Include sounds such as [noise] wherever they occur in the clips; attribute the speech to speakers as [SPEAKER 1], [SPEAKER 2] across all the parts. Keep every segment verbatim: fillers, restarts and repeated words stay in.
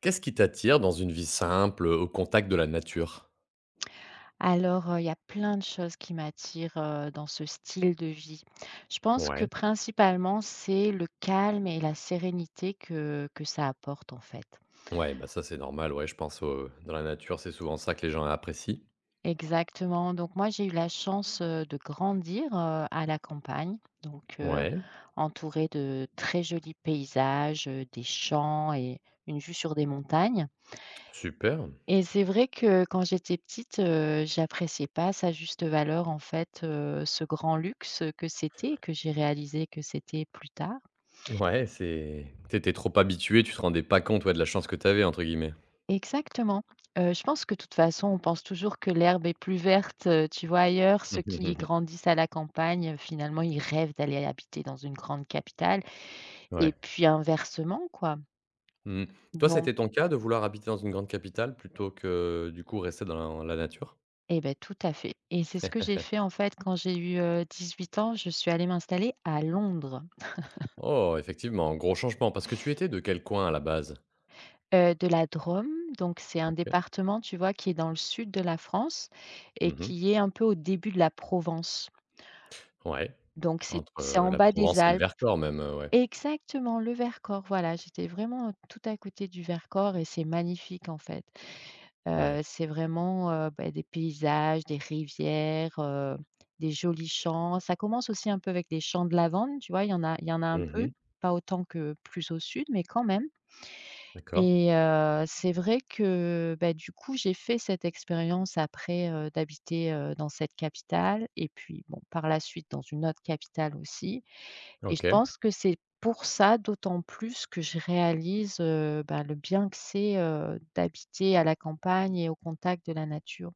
[SPEAKER 1] Qu'est-ce qui t'attire dans une vie simple, au contact de la nature?
[SPEAKER 2] Alors, heu, il y a plein de choses qui m'attirent, heu, dans ce style de vie. Je pense que
[SPEAKER 1] Ouais.
[SPEAKER 2] principalement, c'est le calme et la sérénité que que ça apporte, en fait.
[SPEAKER 1] Ouais, bah, ça, c'est normal, ouais, je pense au dans la nature, c'est souvent ça que les gens apprécient.
[SPEAKER 2] Exactement. Donc moi, j'ai eu la chance, heu, de grandir, heu, à la campagne, donc, heu,
[SPEAKER 1] Ouais,
[SPEAKER 2] entourée de très jolis paysages, heu, des champs et une vue sur des montagnes.
[SPEAKER 1] super.
[SPEAKER 2] Et c'est vrai que quand j'étais petite, heu, j'appréciais pas à sa juste valeur, en fait, heu, ce grand luxe que c'était, que j'ai réalisé que c'était plus tard.
[SPEAKER 1] Ouais, c'est t'étais trop habitué, tu te rendais pas compte, ouais, de la chance que t'avais entre guillemets.
[SPEAKER 2] Exactement. Heu, je pense que de toute façon, on pense toujours que l'herbe est plus verte, heu, tu vois, ailleurs. Ceux qui
[SPEAKER 1] [laughs]
[SPEAKER 2] grandissent à la campagne, heu, finalement, ils rêvent d'aller habiter dans une grande capitale et
[SPEAKER 1] Ouais.
[SPEAKER 2] puis inversement, quoi.
[SPEAKER 1] Mmh. Toi, ça a
[SPEAKER 2] Donc
[SPEAKER 1] été ton cas de vouloir habiter dans une grande capitale plutôt que, du coup, rester dans la la nature?
[SPEAKER 2] eh ben, tout à fait, et c'est ce que j'ai fait, en fait, quand j'ai eu, euh, dix-huit ans. Je suis allée m'installer à Londres.
[SPEAKER 1] Oh, effectivement, gros changement, parce que tu étais de quel coin à la base?
[SPEAKER 2] Heu, de la Drôme, donc c'est un
[SPEAKER 1] OK.
[SPEAKER 2] département, tu vois, qui est dans le sud de la France et
[SPEAKER 1] Mmh.
[SPEAKER 2] qui est un peu au début de la Provence.
[SPEAKER 1] Ouais,
[SPEAKER 2] Donc c'est
[SPEAKER 1] entre,
[SPEAKER 2] c'est
[SPEAKER 1] heu,
[SPEAKER 2] en
[SPEAKER 1] la
[SPEAKER 2] bas des
[SPEAKER 1] Provence et le
[SPEAKER 2] Alpes.
[SPEAKER 1] Vercors même, heu, ouais.
[SPEAKER 2] Exactement, le Vercors, voilà, j'étais vraiment tout à côté du Vercors, et c'est magnifique, en fait. Heu,
[SPEAKER 1] Ouais.
[SPEAKER 2] c'est vraiment, heu, bah, des paysages, des rivières, heu, des jolis champs. Ça commence aussi un peu avec des champs de lavande, tu vois? Il y en a il y en a un peu,
[SPEAKER 1] Mmh.
[SPEAKER 2] pas autant que plus au sud, mais quand même.
[SPEAKER 1] D'accord,
[SPEAKER 2] Et heu, c'est vrai que, bah, du coup, j'ai fait cette expérience après, heu, d'habiter, heu, dans cette capitale, et puis, bon, par la suite dans une autre capitale aussi, et je
[SPEAKER 1] OK.
[SPEAKER 2] pense que c'est pour ça, d'autant plus que je réalise, heu, bah, le bien que c'est, heu, d'habiter à la campagne et au contact de la nature.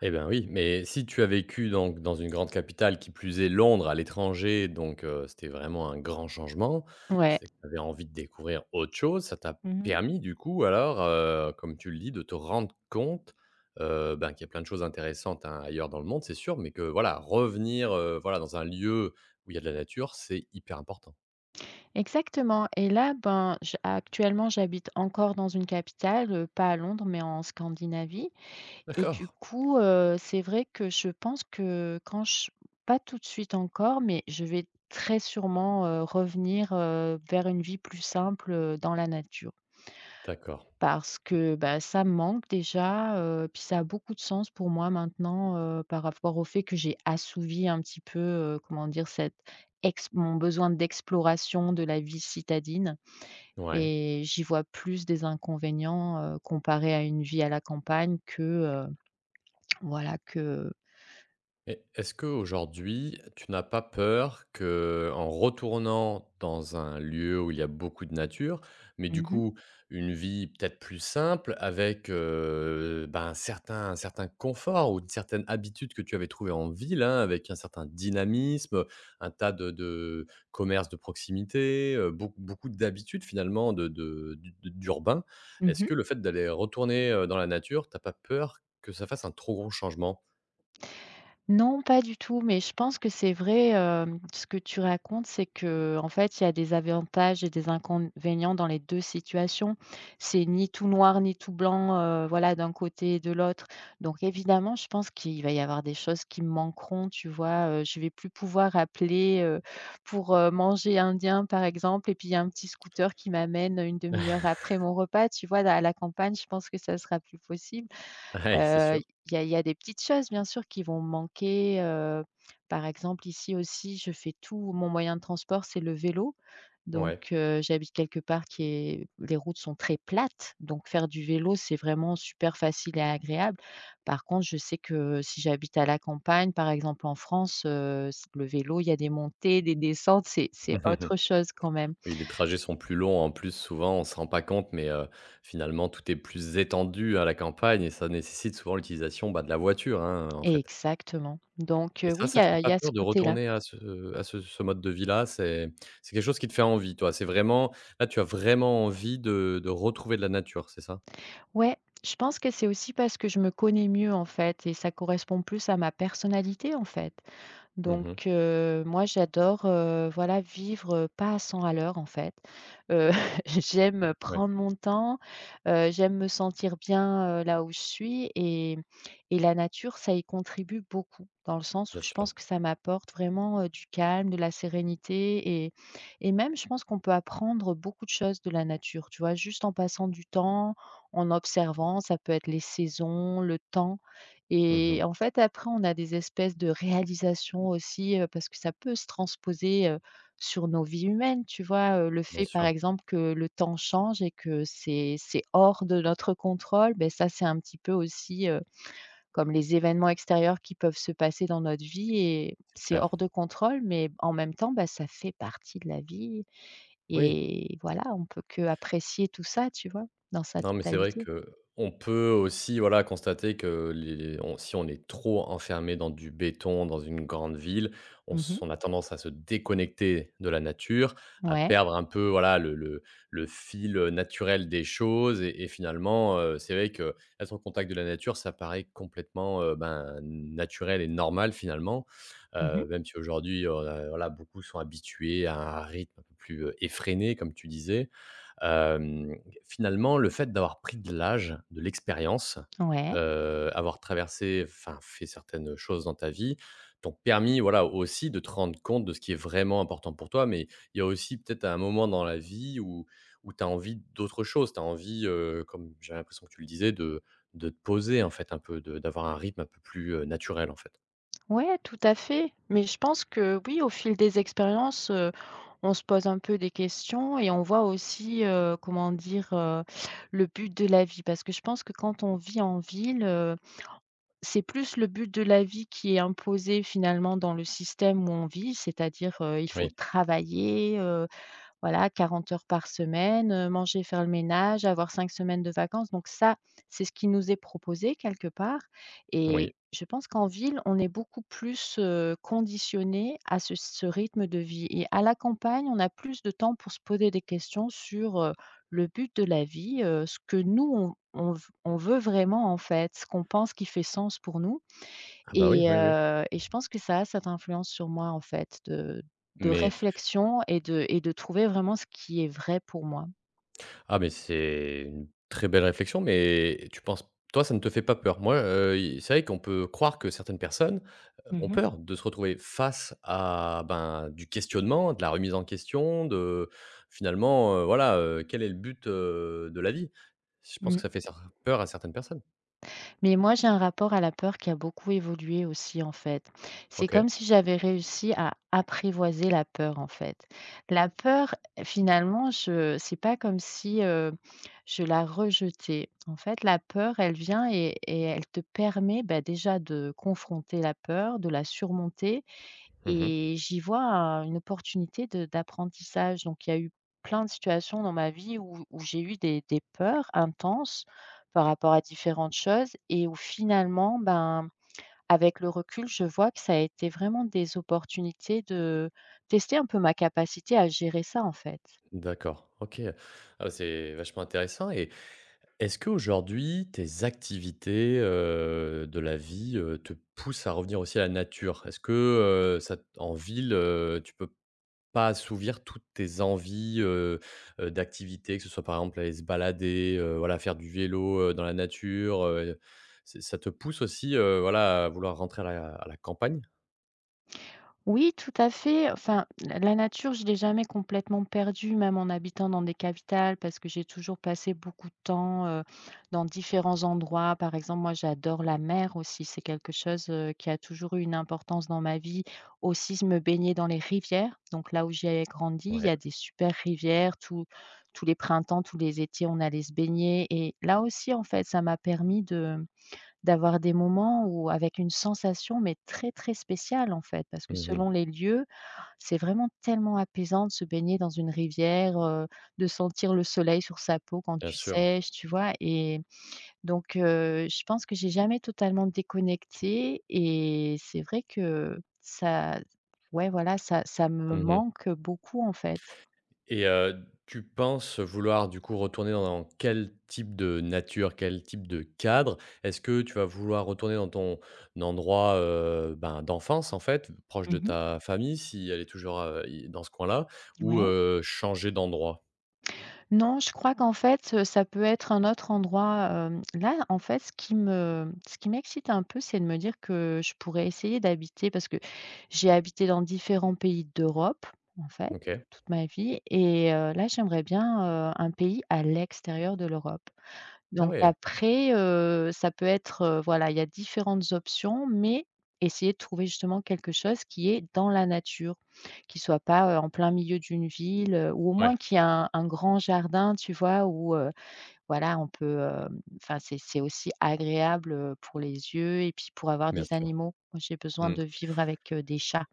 [SPEAKER 1] Eh ben, oui, mais si tu as vécu donc dans une grande capitale, qui plus est Londres, à l'étranger, donc heu, c'était vraiment un grand changement.
[SPEAKER 2] Ouais.
[SPEAKER 1] C'est que tu avais envie de découvrir autre chose. Ça t'a
[SPEAKER 2] Mmh.
[SPEAKER 1] permis du coup alors, heu, comme tu le dis, de te rendre compte, heu, ben, qu'il y a plein de choses intéressantes, hein, ailleurs dans le monde, c'est sûr, mais que voilà, revenir, heu, voilà, dans un lieu où il y a de la nature, c'est hyper important.
[SPEAKER 2] Exactement. Et là, ben, j actuellement, j'habite encore dans une capitale, heu, pas à Londres mais en Scandinavie. Et du
[SPEAKER 1] D'accord,
[SPEAKER 2] coup, heu, c'est vrai que je pense que quand je, pas tout de suite encore, mais je vais très sûrement, heu, revenir, heu, vers une vie plus simple, heu, dans la nature.
[SPEAKER 1] d'accord,
[SPEAKER 2] Parce que, bah, ça me manque déjà, heu, puis ça a beaucoup de sens pour moi maintenant, heu, par rapport au fait que j'ai assouvi un petit peu, heu, comment dire? Cette ex mon besoin d'exploration de la vie citadine,
[SPEAKER 1] ouais.
[SPEAKER 2] et j'y vois plus des inconvénients, heu, comparé à une vie à la campagne que, heu, voilà, que.
[SPEAKER 1] Et est-ce qu'aujourd'hui, tu n'as pas peur qu'en retournant dans un lieu où il y a beaucoup de nature, mais du
[SPEAKER 2] Mmh mh.
[SPEAKER 1] coup, une vie peut-être plus simple avec, heu, ben, un certain un certain confort ou une certaine habitude que tu avais trouvée en ville, hein, avec un certain dynamisme, un tas de de commerces de proximité, heu, beaucoup beaucoup d'habitudes finalement de de d'u d'urbain.
[SPEAKER 2] Mmh
[SPEAKER 1] Est-ce
[SPEAKER 2] mh.
[SPEAKER 1] que le fait d'aller retourner, heu, dans la nature, t'as pas peur que ça fasse un trop gros changement?
[SPEAKER 2] Non, pas du tout, mais je pense que c'est vrai, hem, ce que tu racontes, c'est qu'en fait, il y a des avantages et des inconvénients dans les deux situations. C'est ni tout noir ni tout blanc, heu, voilà, d'un côté et de l'autre. Donc évidemment, je pense qu'il va y avoir des choses qui me manqueront, tu vois? Heu, je vais plus pouvoir appeler, heu, pour, heu, manger indien, par exemple, et puis il y a un petit scooter qui m'amène une demi heure
[SPEAKER 1] [laughs]
[SPEAKER 2] après mon repas, tu vois? Là, à la campagne, je pense que ça sera plus possible.
[SPEAKER 1] Ouais, c'est
[SPEAKER 2] Heu,
[SPEAKER 1] sûr.
[SPEAKER 2] il y a il y a des petites choses bien sûr qui vont manquer, heu, par exemple, ici aussi, je fais tout mon moyen de transport, c'est le vélo. Donc
[SPEAKER 1] Ouais.
[SPEAKER 2] heu, j'habite quelque part qui est, les routes sont très plates, donc faire du vélo, c'est vraiment super facile et agréable. Par contre, je sais que si j'habite à la campagne, par exemple en France, heu, c le vélo, il y a des montées, des descentes, c'est c'est autre
[SPEAKER 1] [laughs]
[SPEAKER 2] chose quand même.
[SPEAKER 1] Oui, les trajets sont plus longs en plus, souvent, on se rend pas compte, mais heu, finalement, tout est plus étendu à la campagne et ça nécessite souvent l'utilisation, bah, de la voiture, hein, en fait.
[SPEAKER 2] Exactement. Donc
[SPEAKER 1] Et
[SPEAKER 2] heu,
[SPEAKER 1] ça,
[SPEAKER 2] oui, il y
[SPEAKER 1] ça te
[SPEAKER 2] a
[SPEAKER 1] fait
[SPEAKER 2] il y
[SPEAKER 1] pas
[SPEAKER 2] a ce
[SPEAKER 1] peur de
[SPEAKER 2] côté-là.
[SPEAKER 1] retourner à ce à ce ce mode de vie-là? C'est c'est quelque chose qui te fait envie, toi? C'est vraiment là, tu as vraiment envie de de retrouver de la nature, c'est ça?
[SPEAKER 2] Ouais, je pense que c'est aussi parce que je me connais mieux, en fait, et ça correspond plus à ma personnalité, en fait. Donc
[SPEAKER 1] Mmh.
[SPEAKER 2] heu, moi, j'adore, heu, voilà, vivre, heu, pas à cent à l'heure, en fait. Heu, [laughs] J'aime
[SPEAKER 1] Ouais,
[SPEAKER 2] prendre mon temps, heu, j'aime me sentir bien, heu, là où je suis, et et la nature, ça y contribue beaucoup, dans le sens où
[SPEAKER 1] bien
[SPEAKER 2] je pense
[SPEAKER 1] sûr.
[SPEAKER 2] que ça m'apporte vraiment, heu, du calme, de la sérénité, et et même je pense qu'on peut apprendre beaucoup de choses de la nature, tu vois? Juste en passant du temps, en observant, ça peut être les saisons, le temps. Et
[SPEAKER 1] Mmh.
[SPEAKER 2] en fait, après, on a des espèces de réalisations aussi, heu, parce que ça peut se transposer, heu, sur nos vies humaines, tu vois? Heu, le
[SPEAKER 1] Bien
[SPEAKER 2] fait, par
[SPEAKER 1] sûr,
[SPEAKER 2] exemple, que le temps change et que c'est c'est hors de notre contrôle, ben ça, c'est un petit peu aussi, heu, comme les événements extérieurs qui peuvent se passer dans notre vie et
[SPEAKER 1] c'est
[SPEAKER 2] c'est
[SPEAKER 1] clair.
[SPEAKER 2] hors de contrôle, mais en même temps, bah, ça fait partie de la vie,
[SPEAKER 1] Oui.
[SPEAKER 2] et voilà, on peut que apprécier tout ça, tu vois? Dans sa
[SPEAKER 1] Non, mais c'est vrai
[SPEAKER 2] totalité.
[SPEAKER 1] que on peut aussi, voilà, constater que les on si on est trop enfermé dans du béton, dans une grande ville, on s
[SPEAKER 2] Mmh.
[SPEAKER 1] on a tendance à se déconnecter de la nature, à
[SPEAKER 2] Ouais.
[SPEAKER 1] perdre un peu, voilà, le le le fil, naturel des choses et et finalement, heu, c'est vrai que être au contact de la nature, ça paraît complètement, heu, ben, naturel et normal finalement. Heu,
[SPEAKER 2] Mmh.
[SPEAKER 1] même si aujourd'hui, heu, voilà, beaucoup sont habitués à un rythme un peu plus, heu, effréné comme tu disais. Hem, Finalement, le fait d'avoir pris de l'âge, de l'expérience,
[SPEAKER 2] Ouais.
[SPEAKER 1] heu, avoir traversé, enfin, fait certaines choses dans ta vie, t'ont permis, voilà, aussi de te rendre compte de ce qui est vraiment important pour toi. Mais il y a aussi peut-être un moment dans la vie où où tu as envie d'autre chose. Tu as envie, heu, comme j'ai l'impression que tu le disais, de de te poser, en fait, un peu, de d'avoir un rythme un peu plus, heu, naturel, en fait.
[SPEAKER 2] Ouais, tout à fait. Mais je pense que oui, au fil des expériences, heu, on se pose un peu des questions, et on voit aussi, heu, comment dire, heu, le but de la vie. Parce que je pense que quand on vit en ville, heu, c'est plus le but de la vie qui est imposé finalement dans le système où on vit, c'est-à-dire, heu, il faut
[SPEAKER 1] Oui,
[SPEAKER 2] travailler, heu voilà, quarante heures par semaine, heu, manger, faire le ménage, avoir cinq semaines de vacances. Donc ça, c'est ce qui nous est proposé quelque part, et
[SPEAKER 1] oui.
[SPEAKER 2] je pense qu'en ville, on est beaucoup plus, heu, conditionnés à ce ce rythme de vie, et à la campagne, on a plus de temps pour se poser des questions sur, heu, le but de la vie, heu, ce que nous on on v on veut vraiment, en fait, ce qu'on pense qui fait sens pour nous,
[SPEAKER 1] Ah bah, oui,
[SPEAKER 2] et
[SPEAKER 1] oui, oui.
[SPEAKER 2] heu et je pense que ça a cette influence sur moi, en fait, de de
[SPEAKER 1] Mais
[SPEAKER 2] réflexion et de et de trouver vraiment ce qui est vrai pour moi.
[SPEAKER 1] ah mais c'est une très belle réflexion, mais tu penses toi, ça ne te fait pas peur? Moi, heu, i c'est vrai qu'on peut croire que certaines personnes
[SPEAKER 2] Mmh
[SPEAKER 1] ont
[SPEAKER 2] mh.
[SPEAKER 1] peur de se retrouver face à, ben, du questionnement, de la remise en question, de finalement, heu, voilà, heu, quel est le but, heu, de la vie? Je pense que
[SPEAKER 2] Mmh.
[SPEAKER 1] ça fait cer peur à certaines personnes.
[SPEAKER 2] Mais moi, j'ai un rapport à la peur qui a beaucoup évolué aussi, en fait. C'est
[SPEAKER 1] OK.
[SPEAKER 2] comme si j'avais réussi à apprivoiser la peur, en fait. La peur, finalement, je c'est pas comme si, heu, je la rejetais. En fait, la peur, elle vient, et et elle te permet, bah, déjà de confronter la peur, de la surmonter.
[SPEAKER 1] Mmh.
[SPEAKER 2] Et j'y vois, heu, une opportunité de d'apprentissage. Donc il y a eu plein de situations dans ma vie où où j'ai eu des des peurs intenses par rapport à différentes choses, et où finalement, ben, avec le recul, je vois que ça a été vraiment des opportunités de tester un peu ma capacité à gérer ça, en fait.
[SPEAKER 1] D'accord. OK. Ah bah, c'est vachement intéressant et est-ce qu'aujourd'hui, tes activités, heu, de la vie, heu, te poussent à revenir aussi à la nature? Est-ce que, heu, ça t en ville, heu, tu peux pas assouvir toutes tes envies, heu heu, d'activités, que ce soit, par exemple, aller se balader, heu, voilà, faire du vélo, heu, dans la nature, heu, c'est ça te pousse aussi, heu, voilà, à vouloir rentrer à la à la campagne?
[SPEAKER 2] Oui, tout à fait. Enfin, la la nature, je l'ai jamais complètement perdue, même en habitant dans des capitales, parce que j'ai toujours passé beaucoup de temps, euh, dans différents endroits. Par exemple, moi, j'adore la mer aussi. C'est quelque chose, euh, qui a toujours eu une importance dans ma vie. Aussi, se me baigner dans les rivières. Donc là où j'ai grandi, il y
[SPEAKER 1] Ouais.
[SPEAKER 2] a des super rivières. Tous tous les printemps, tous les étés, on allait se baigner. Et là aussi, en fait, ça m'a permis d'avoir des moments où, avec une sensation, mais très, très spéciale en fait, parce que
[SPEAKER 1] Mmh.
[SPEAKER 2] selon les lieux, c'est vraiment tellement apaisant de se baigner dans une rivière, heu, de sentir le soleil sur sa peau quand
[SPEAKER 1] Bien
[SPEAKER 2] tu
[SPEAKER 1] sûr.
[SPEAKER 2] sèches, tu vois? Et donc, heu, je pense que j'ai jamais totalement déconnecté, et c'est vrai que ça, ouais, voilà, ça ça me
[SPEAKER 1] Mmh.
[SPEAKER 2] manque beaucoup, en fait.
[SPEAKER 1] Et heu, tu penses vouloir du coup retourner dans quel type de nature, quel type de cadre? Est-ce que tu vas vouloir retourner dans ton endroit, heu, ben, d'enfance en fait, proche de
[SPEAKER 2] Mmh.
[SPEAKER 1] ta famille si elle est toujours, heu, i dans ce coin-là ou,
[SPEAKER 2] Ouais.
[SPEAKER 1] heu, changer d'endroit?
[SPEAKER 2] Non, je crois qu'en fait, heu, ça peut être un autre endroit, hem, là, en fait, ce qui me ce qui m'excite un peu, c'est de me dire que je pourrais essayer d'habiter, parce que j'ai habité dans différents pays d'Europe, en fait,
[SPEAKER 1] OK.
[SPEAKER 2] toute ma vie, et heu, là, j'aimerais bien, heu, un pays à l'extérieur de l'Europe.
[SPEAKER 1] Ah
[SPEAKER 2] Donc
[SPEAKER 1] ouais!
[SPEAKER 2] après, heu, ça peut être, heu, voilà, il y a différentes options, mais essayer de trouver justement quelque chose qui est dans la nature, qui soit pas, heu, en plein milieu d'une ville, heu, ou au
[SPEAKER 1] Ouais,
[SPEAKER 2] moins qui a un un grand jardin, tu vois? Où, heu, voilà, on peut, hem, enfin, c'est c'est aussi agréable, heu, pour les yeux et puis pour avoir
[SPEAKER 1] bien
[SPEAKER 2] des
[SPEAKER 1] sûr.
[SPEAKER 2] animaux. Moi, j'ai besoin
[SPEAKER 1] Mmh.
[SPEAKER 2] de vivre avec, heu, des chats.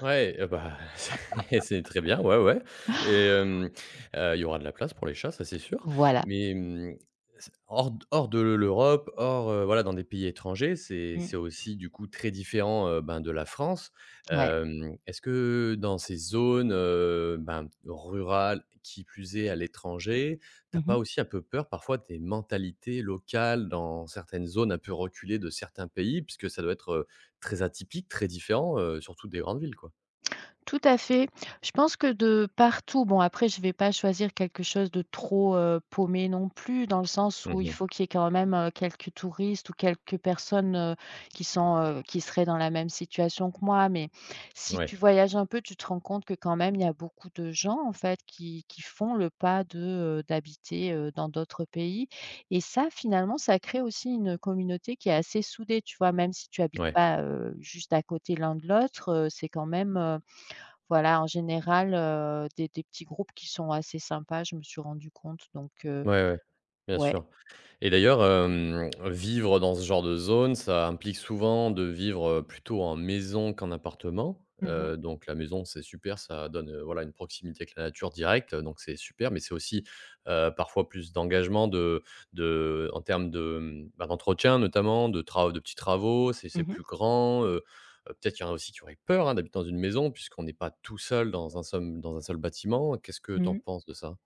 [SPEAKER 1] Ouais, heu, bah, [laughs] c'est c'est très bien, ouais, ouais et hem, heu, il y aura de la place pour les chats, ça c'est sûr.
[SPEAKER 2] Voilà.
[SPEAKER 1] Mais, mmh, c'est hors d hors de l'Europe, hors, heu, voilà, dans des pays étrangers, c'est
[SPEAKER 2] Mmh.
[SPEAKER 1] c'est aussi du coup très différent, heu, ben, de la France.
[SPEAKER 2] Ouais.
[SPEAKER 1] Hem, est-ce que dans ces zones, heu, ben, rurales, qui plus est à l'étranger, t'as
[SPEAKER 2] Mmh.
[SPEAKER 1] pas aussi un peu peur parfois des mentalités locales dans certaines zones un peu reculées de certains pays? Puisque ça doit être, heu, très atypique, très différent, heu, surtout des grandes villes, quoi.
[SPEAKER 2] Tout à fait. Je pense que de partout, bon, après, je vais pas choisir quelque chose de trop, heu, paumé non plus, dans le sens où
[SPEAKER 1] Mmh
[SPEAKER 2] il
[SPEAKER 1] mh.
[SPEAKER 2] faut qu'il y ait quand même, heu, quelques touristes ou quelques personnes, heu, qui sont, heu, qui seraient dans la même situation que moi. Mais si tu
[SPEAKER 1] Ouais,
[SPEAKER 2] voyages un peu, tu te rends compte que quand même il y a beaucoup de gens, en fait, qui qui font le pas de, heu, d'habiter, heu, dans d'autres pays, et ça finalement, ça crée aussi une communauté qui est assez soudée, tu vois? Même si tu habites
[SPEAKER 1] ouais,
[SPEAKER 2] pas, heu, juste à côté l'un de l'autre, heu, c'est quand même, voilà, en général, heu, des des petits groupes qui sont assez sympas, je me suis rendu compte, donc heu,
[SPEAKER 1] ouais, ouais, bien
[SPEAKER 2] ouais.
[SPEAKER 1] sûr et d'ailleurs, hem, vivre dans ce genre de zone, ça implique souvent de vivre, heu, plutôt en maison qu'en appartement.
[SPEAKER 2] Mmh mh.
[SPEAKER 1] Heu, donc la maison, c'est super, ça donne, heu, voilà, une proximité avec la nature directe, donc c'est super, mais c'est aussi, heu, parfois plus d'engagement de de en termes de, mmh, bah, d'entretien notamment, de trav de petits travaux, c'est c'est
[SPEAKER 2] Mmh.
[SPEAKER 1] plus grand, heu heu, peut-être qu'il y en a aussi qui auraient peur, hein, d'habiter dans une maison puisqu'on n'est pas tout seul dans un seul dans un seul bâtiment. Qu'est-ce que tu en
[SPEAKER 2] Mmh.
[SPEAKER 1] penses de ça?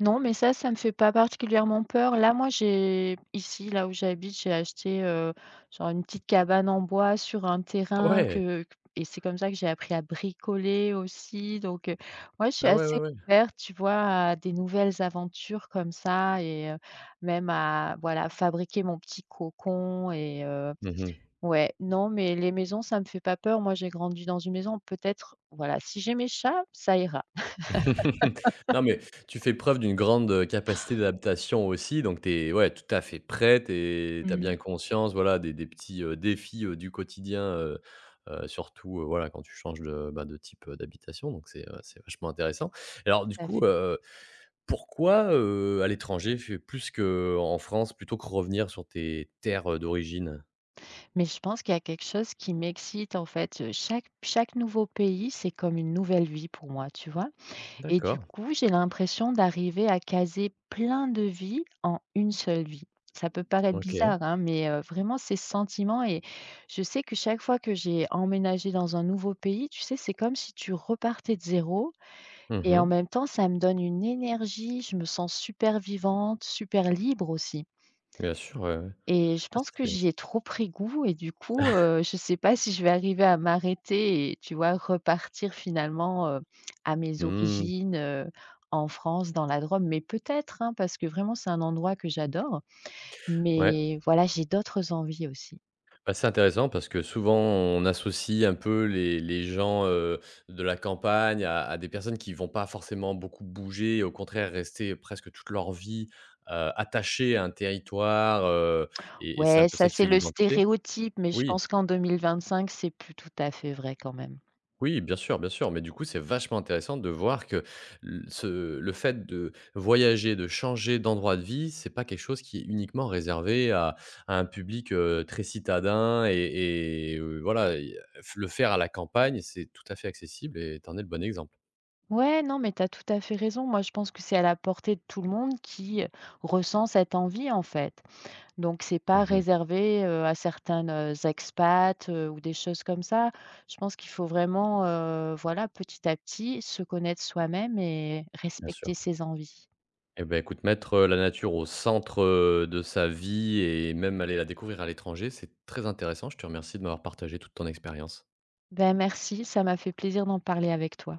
[SPEAKER 2] Non, mais ça, ça me fait pas particulièrement peur. Là, moi, j'ai ici, là où j'habite, j'ai acheté, heu, genre une petite cabane en bois sur un
[SPEAKER 1] Ah
[SPEAKER 2] terrain,
[SPEAKER 1] ouais!
[SPEAKER 2] que, et c'est comme ça que j'ai appris à bricoler aussi, donc heu, moi, je suis
[SPEAKER 1] Ah ouais,
[SPEAKER 2] assez
[SPEAKER 1] ouais, ouais.
[SPEAKER 2] ouverte, tu vois, à des nouvelles aventures comme ça, et heu, même à, voilà, fabriquer mon petit cocon, et heu.
[SPEAKER 1] Mmh mh.
[SPEAKER 2] Ouais, non, mais les maisons, ça me fait pas peur. Moi, j'ai grandi dans une maison. Peut-être, voilà, si j'ai mes chats, ça ira.
[SPEAKER 1] [laughs] Non, mais tu fais preuve d'une grande, heu, capacité d'adaptation aussi, donc tu es ouais, tout à fait prêt, tu es tu as
[SPEAKER 2] Mmh.
[SPEAKER 1] bien conscience, voilà, des des petits, heu, défis, heu, du quotidien, heu heu, surtout, heu, voilà, quand tu changes de, bah, de type, heu, d'habitation, donc c'est, heu, c'est vachement intéressant. Alors
[SPEAKER 2] Tout
[SPEAKER 1] du
[SPEAKER 2] à
[SPEAKER 1] coup,
[SPEAKER 2] fait.
[SPEAKER 1] heu, pourquoi, heu, à l'étranger, f plus qu'en France, plutôt que revenir sur tes terres, heu, d'origine?
[SPEAKER 2] Mais je pense qu'il y a quelque chose qui m'excite, en fait. Heu, chaque chaque nouveau pays, c'est comme une nouvelle vie pour moi, tu vois? Et du
[SPEAKER 1] D'accord,
[SPEAKER 2] coup, j'ai l'impression d'arriver à caser plein de vies en une seule vie. Ça peut paraître
[SPEAKER 1] OK.
[SPEAKER 2] bizarre, hein, mais heu, vraiment, c'est ce sentiment, et je sais que chaque fois que j'ai emménagé dans un nouveau pays, tu sais, c'est comme si tu repartais de zéro.
[SPEAKER 1] Mmh
[SPEAKER 2] Et en
[SPEAKER 1] mh.
[SPEAKER 2] même temps, ça me donne une énergie, je me sens super vivante, super libre aussi.
[SPEAKER 1] Bien sûr, ouais, ouais.
[SPEAKER 2] Et je
[SPEAKER 1] Ah
[SPEAKER 2] pense que
[SPEAKER 1] c'est
[SPEAKER 2] j'y ai trop pris goût, et du coup, heu, je sais pas si je vais arriver à m'arrêter et, tu vois, repartir finalement, heu, à mes
[SPEAKER 1] mmh,
[SPEAKER 2] origines, heu, en France, dans la Drôme. Mais peut-être, hein, parce que vraiment c'est un endroit que j'adore.
[SPEAKER 1] ouais.
[SPEAKER 2] Mais voilà, j'ai d'autres envies aussi.
[SPEAKER 1] Bah, c'est intéressant parce que souvent on associe un peu les les gens, heu, de la campagne à à des personnes qui vont pas forcément beaucoup bouger et au contraire rester presque toute leur vie, heu, attachées à un territoire, heu et et c'est un
[SPEAKER 2] Ouais,
[SPEAKER 1] peu
[SPEAKER 2] ça
[SPEAKER 1] ça qui
[SPEAKER 2] c'est
[SPEAKER 1] fait
[SPEAKER 2] le
[SPEAKER 1] l'identité.
[SPEAKER 2] stéréotype, mais je
[SPEAKER 1] Oui.
[SPEAKER 2] pense qu'en deux mille vingt-cinq, c'est plus tout à fait vrai quand même.
[SPEAKER 1] Oui, bien sûr, bien sûr, mais du coup, c'est vachement intéressant de voir que l ce le fait de voyager, de changer d'endroit de vie, c'est pas quelque chose qui est uniquement réservé à à un public, heu, très citadin et et heu, voilà et le faire à la campagne, c'est tout à fait accessible et t'en es le bon exemple.
[SPEAKER 2] Ouais, non, mais tu as tout à fait raison. Moi, je pense que c'est à la portée de tout le monde qui, heu, ressent cette envie, en fait. Donc c'est pas
[SPEAKER 1] Mmh.
[SPEAKER 2] réservé, heu, à certaines, heu, expats, heu, ou des choses comme ça. Je pense qu'il faut vraiment, heu, voilà, petit à petit, se connaître soi-même et
[SPEAKER 1] Bien
[SPEAKER 2] respecter
[SPEAKER 1] sûr
[SPEAKER 2] ses envies.
[SPEAKER 1] et ben, écoute, mettre, heu, la nature au centre, heu, de sa vie et même aller la découvrir à l'étranger, c'est très intéressant. Je te remercie de m'avoir partagé toute ton expérience.
[SPEAKER 2] Ben, merci, ça m'a fait plaisir d'en parler avec toi.